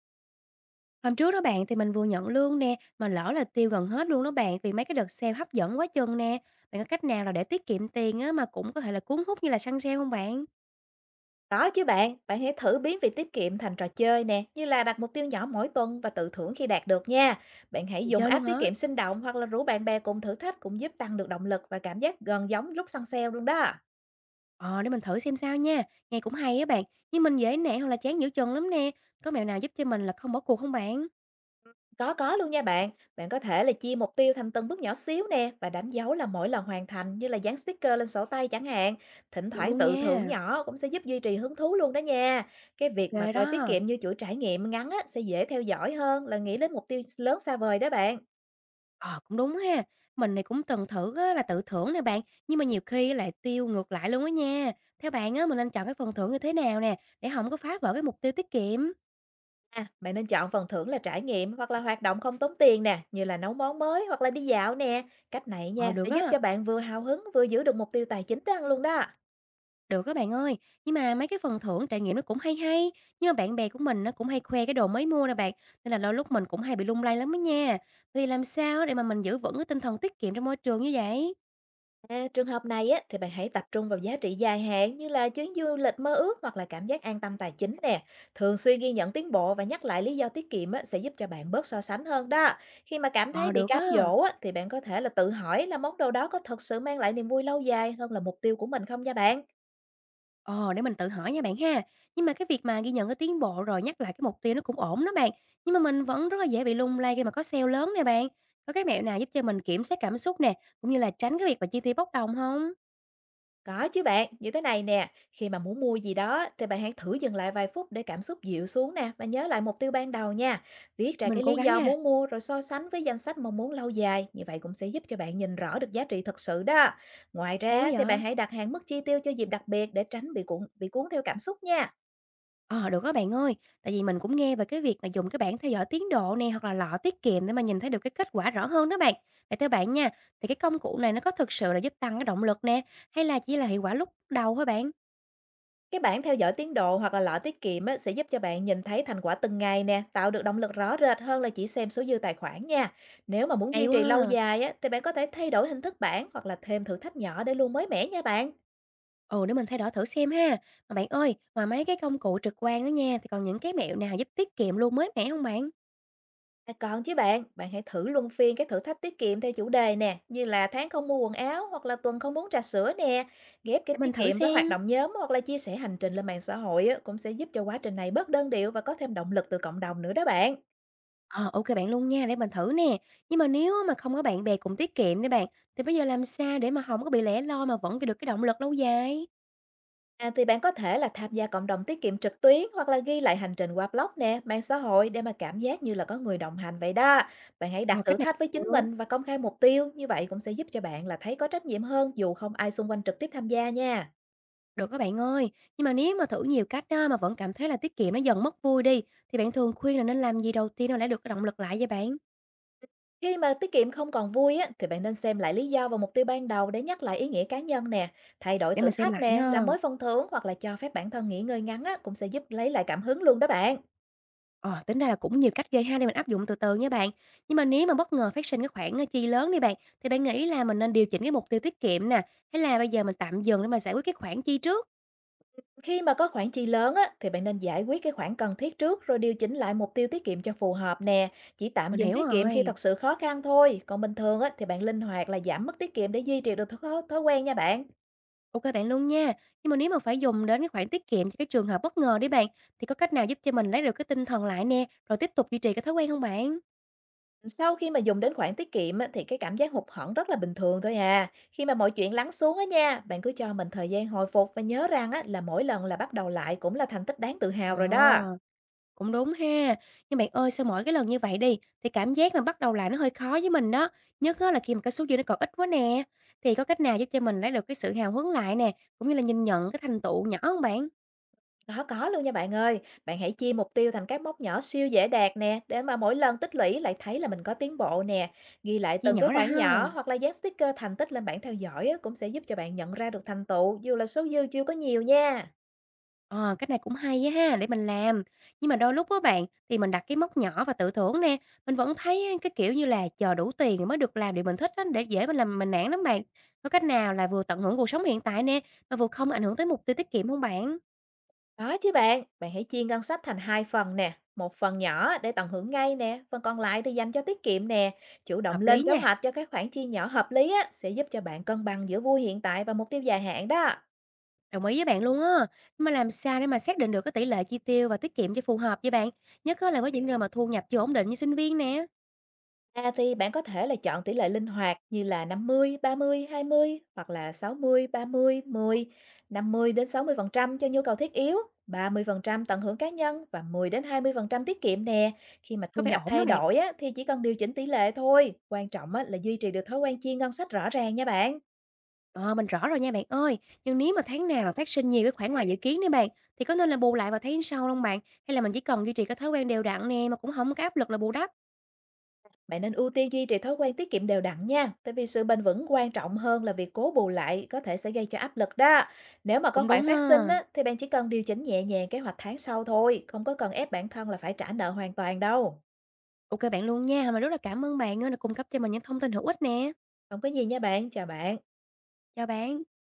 Hôm trước đó bạn thì mình vừa nhận lương nè, mà lỡ là tiêu gần hết luôn đó bạn vì mấy cái đợt sale hấp dẫn quá chừng nè. Bạn có cách nào là để tiết kiệm tiền á mà cũng có thể là cuốn hút như là săn sale không bạn? Có chứ bạn, bạn hãy thử biến việc tiết kiệm thành trò chơi nè, như là đặt mục tiêu nhỏ mỗi tuần và tự thưởng khi đạt được nha. Bạn hãy Mình dùng chơi luôn app tiết hả? kiệm sinh động hoặc là rủ bạn bè cùng thử thách cũng giúp tăng được động lực và cảm giác gần giống lúc săn sale luôn đó. Ờ để mình thử xem sao nha. Nghe cũng hay á bạn, nhưng mình dễ nản hoặc là chán giữa chừng lắm nè. Có mẹo nào giúp cho mình là không bỏ cuộc không bạn? Có luôn nha bạn, bạn có thể là chia mục tiêu thành từng bước nhỏ xíu nè và đánh dấu là mỗi lần hoàn thành, như là dán sticker lên sổ tay chẳng hạn. Thỉnh Được thoảng luôn tự thưởng nha. nhỏ cũng sẽ giúp duy trì hứng thú luôn đó nha. Cái việc Ok mà coi tiết đó. kiệm như chuỗi trải nghiệm ngắn á, sẽ dễ theo dõi hơn là nghĩ đến mục tiêu lớn xa vời đó bạn. Ờ cũng đúng ha. Mình này cũng từng thử á, là tự thưởng nè bạn, nhưng mà nhiều khi lại tiêu ngược lại luôn á nha. Theo bạn á mình nên chọn cái phần thưởng như thế nào nè để không có phá vỡ cái mục tiêu tiết kiệm? À, bạn nên chọn phần thưởng là trải nghiệm hoặc là hoạt động không tốn tiền nè, như là nấu món mới hoặc là đi dạo nè. Cách này Ờ, nha sẽ được giúp á, cho bạn vừa hào hứng vừa giữ được mục tiêu tài chính đó luôn đó. được các bạn ơi. Nhưng mà mấy cái phần thưởng trải nghiệm nó cũng hay hay, nhưng mà bạn bè của mình nó cũng hay khoe cái đồ mới mua nè bạn, nên là đôi lúc mình cũng hay bị lung lay lắm đó nha. Thì làm sao để mà mình giữ vững cái tinh thần tiết kiệm trong môi trường như vậy? À, trường hợp này á, thì bạn hãy tập trung vào giá trị dài hạn như là chuyến du lịch mơ ước hoặc là cảm giác an tâm tài chính nè. Thường xuyên ghi nhận tiến bộ và nhắc lại lý do tiết kiệm á, sẽ giúp cho bạn bớt so sánh hơn đó. Khi mà cảm thấy Ờ, bị được cám á. dỗ á, thì bạn có thể là tự hỏi là món đồ đó có thật sự mang lại niềm vui lâu dài hơn là mục tiêu của mình không nha bạn. Ờ, để mình tự hỏi nha bạn ha. Nhưng mà cái việc mà ghi nhận cái tiến bộ rồi nhắc lại cái mục tiêu nó cũng ổn đó bạn. Nhưng mà mình vẫn rất là dễ bị lung lay khi mà có sale lớn nè bạn. Có cái mẹo nào giúp cho mình kiểm soát cảm xúc nè, cũng như là tránh cái việc mà chi tiêu bốc đồng không? Có chứ bạn, như thế này nè, khi mà muốn mua gì đó thì bạn hãy thử dừng lại vài phút để cảm xúc dịu xuống nè và nhớ lại mục tiêu ban đầu nha. Viết ra Mình cái cố lý gắng do à. muốn mua rồi so sánh với danh sách mong muốn lâu dài, như vậy cũng sẽ giúp cho bạn nhìn rõ được giá trị thật sự đó. Ngoài Hay quá ra thì bạn vậy. hãy đặt hạn mức chi tiêu cho dịp đặc biệt để tránh bị cuốn theo cảm xúc nha. Ờ, được á bạn ơi, tại vì mình cũng nghe về cái việc mà dùng cái bảng theo dõi tiến độ nè, hoặc là lọ tiết kiệm để mà nhìn thấy được cái kết quả rõ hơn đó bạn. Vậy theo bạn nha, thì cái công cụ này nó có thực sự là giúp tăng cái động lực nè, hay là chỉ là hiệu quả lúc đầu thôi bạn? Cái bảng theo dõi tiến độ hoặc là lọ tiết kiệm á, sẽ giúp cho bạn nhìn thấy thành quả từng ngày nè, tạo được động lực rõ rệt hơn là chỉ xem số dư tài khoản nha. Nếu mà muốn duy Hay trì lâu quá ha. dài á, thì bạn có thể thay đổi hình thức bảng hoặc là thêm thử thách nhỏ để luôn mới mẻ nha bạn. Ừ, để mình thay đổi thử xem ha. Mà bạn ơi, ngoài mấy cái công cụ trực quan đó nha, thì còn những cái mẹo nào giúp tiết kiệm luôn mới mẻ không bạn? À, còn chứ bạn, bạn hãy thử luân phiên các thử thách tiết kiệm theo chủ đề nè, như là tháng không mua quần áo hoặc là tuần không uống trà sữa nè. Ghép cái Để mình tiết thử kiệm với xem. hoạt động nhóm hoặc là chia sẻ hành trình lên mạng xã hội á, cũng sẽ giúp cho quá trình này bớt đơn điệu và có thêm động lực từ cộng đồng nữa đó bạn. Ờ, ok bạn luôn nha, để mình thử nè. Nhưng mà nếu mà không có bạn bè cùng tiết kiệm đấy bạn, thì bây giờ làm sao để mà không có bị lẻ loi mà vẫn được cái động lực lâu dài? À, thì bạn có thể là tham gia cộng đồng tiết kiệm trực tuyến hoặc là ghi lại hành trình qua blog nè, mạng xã hội để mà cảm giác như là có người đồng hành vậy đó. Bạn hãy đặt Ờ, thử cách này thách với cũng chính được, mình và công khai mục tiêu, như vậy cũng sẽ giúp cho bạn là thấy có trách nhiệm hơn dù không ai xung quanh trực tiếp tham gia nha. được á bạn ơi. Nhưng mà nếu mà thử nhiều cách á, mà vẫn cảm thấy là tiết kiệm nó dần mất vui đi, thì bạn thường khuyên là nên làm gì đầu tiên để lấy được cái động lực lại vậy bạn? Khi mà tiết kiệm không còn vui á, thì bạn nên xem lại lý do và mục tiêu ban đầu để nhắc lại ý nghĩa cá nhân nè, thay đổi Để thử mình xem thách lại nè, ha. làm mới phần thưởng hoặc là cho phép bản thân nghỉ ngơi ngắn á, cũng sẽ giúp lấy lại cảm hứng luôn đó bạn. Ờ, tính ra là cũng nhiều cách ghê ha để mình áp dụng từ từ nha bạn. Nhưng mà nếu mà bất ngờ phát sinh cái khoản chi lớn đi bạn, thì bạn nghĩ là mình nên điều chỉnh cái mục tiêu tiết kiệm nè, hay là bây giờ mình tạm dừng để mà giải quyết cái khoản chi trước? Khi mà có khoản chi lớn á, thì bạn nên giải quyết cái khoản cần thiết trước rồi điều chỉnh lại mục tiêu tiết kiệm cho phù hợp nè. Chỉ tạm Mình dừng hiểu tiết kiệm khi rồi. thật sự khó khăn thôi. Còn bình thường á, thì bạn linh hoạt là giảm mức tiết kiệm để duy trì được thói quen nha bạn. Ok bạn luôn nha. Nhưng mà nếu mà phải dùng đến cái khoản tiết kiệm cho cái trường hợp bất ngờ đi bạn, thì có cách nào giúp cho mình lấy được cái tinh thần lại nè, rồi tiếp tục duy trì cái thói quen không bạn? Sau khi mà dùng đến khoản tiết kiệm á, thì cái cảm giác hụt hẫng rất là bình thường thôi à. Khi mà mọi chuyện lắng xuống á nha, bạn cứ cho mình thời gian hồi phục và nhớ rằng á, là mỗi lần là bắt đầu lại cũng là thành tích đáng tự hào rồi đó. Ờ, cũng đúng ha. Nhưng bạn ơi, sau mỗi cái lần như vậy đi, thì cảm giác mà bắt đầu lại nó hơi khó với mình đó. Nhất á là khi mà cái số dư nó còn ít quá nè. Thì có cách nào giúp cho mình lấy được cái sự hào hứng lại nè, cũng như là nhìn nhận cái thành tựu nhỏ hông bạn? Nó có luôn nha bạn ơi. Bạn hãy chia mục tiêu thành các mốc nhỏ siêu dễ đạt nè, để mà mỗi lần tích lũy lại thấy là mình có tiến bộ nè. Ghi lại Chia từng cái nhỏ ra khoản ha. nhỏ hoặc là dán sticker thành tích lên bảng theo dõi á, cũng sẽ giúp cho bạn nhận ra được thành tựu dù là số dư chưa có nhiều nha. Ờ, cách này cũng hay á ha, để mình làm. Nhưng mà đôi lúc á bạn, thì mình đặt cái mốc nhỏ và tự thưởng nè, mình vẫn thấy cái kiểu như là chờ đủ tiền rồi mới được làm điều mình thích á, để dễ mình làm mình nản lắm bạn. Có cách nào là vừa tận hưởng cuộc sống hiện tại nè, mà vừa không ảnh hưởng tới mục tiêu tiết kiệm không bạn? Đó chứ bạn, bạn hãy chia ngân sách thành hai phần nè. Một phần nhỏ để tận hưởng ngay nè, phần còn lại thì dành cho tiết kiệm nè. Chủ động Hợp lên lý kế nha. hoạch cho các khoản chi nhỏ hợp lý á, sẽ giúp cho bạn cân bằng giữa vui hiện tại và mục tiêu dài hạn đó. Đồng ý với bạn luôn á. Nhưng mà làm sao để mà xác định được cái tỷ lệ chi tiêu và tiết kiệm cho phù hợp với bạn? Nhất á là với những người mà thu nhập chưa ổn định như sinh viên nè. À, thì bạn có thể là chọn tỷ lệ linh hoạt như là 50/30/20 hoặc là 60/30/10, 50 đến 60% cho nhu cầu thiết yếu, 30% tận hưởng cá nhân và 10 đến 20% tiết kiệm nè. Khi mà thu Có phải nhập ổn đó thay bạn? đổi á, thì chỉ cần điều chỉnh tỷ lệ thôi. Quan trọng á, là duy trì được thói quen chia ngân sách rõ ràng nha bạn. Ờ, mình rõ rồi nha bạn ơi. Nhưng nếu mà tháng nào mà phát sinh nhiều cái khoản ngoài dự kiến đấy bạn, thì có nên là bù lại vào tháng sau không bạn? Hay là mình chỉ cần duy trì cái thói quen đều đặn nè mà cũng không có áp lực là bù đắp? Bạn nên ưu tiên duy trì thói quen tiết kiệm đều đặn nha, tại vì sự bền vững quan trọng hơn là việc cố bù lại có thể sẽ gây cho áp lực đó. Nếu mà có Cũng khoản đúng phát sinh ha. á, thì bạn chỉ cần điều chỉnh nhẹ nhàng kế hoạch tháng sau thôi, không có cần ép bản thân là phải trả nợ hoàn toàn đâu. Ok bạn luôn nha. Mà rất là cảm ơn bạn á, đã cung cấp cho mình những thông tin hữu ích nè. Không có gì nha bạn, chào bạn. Chào bạn.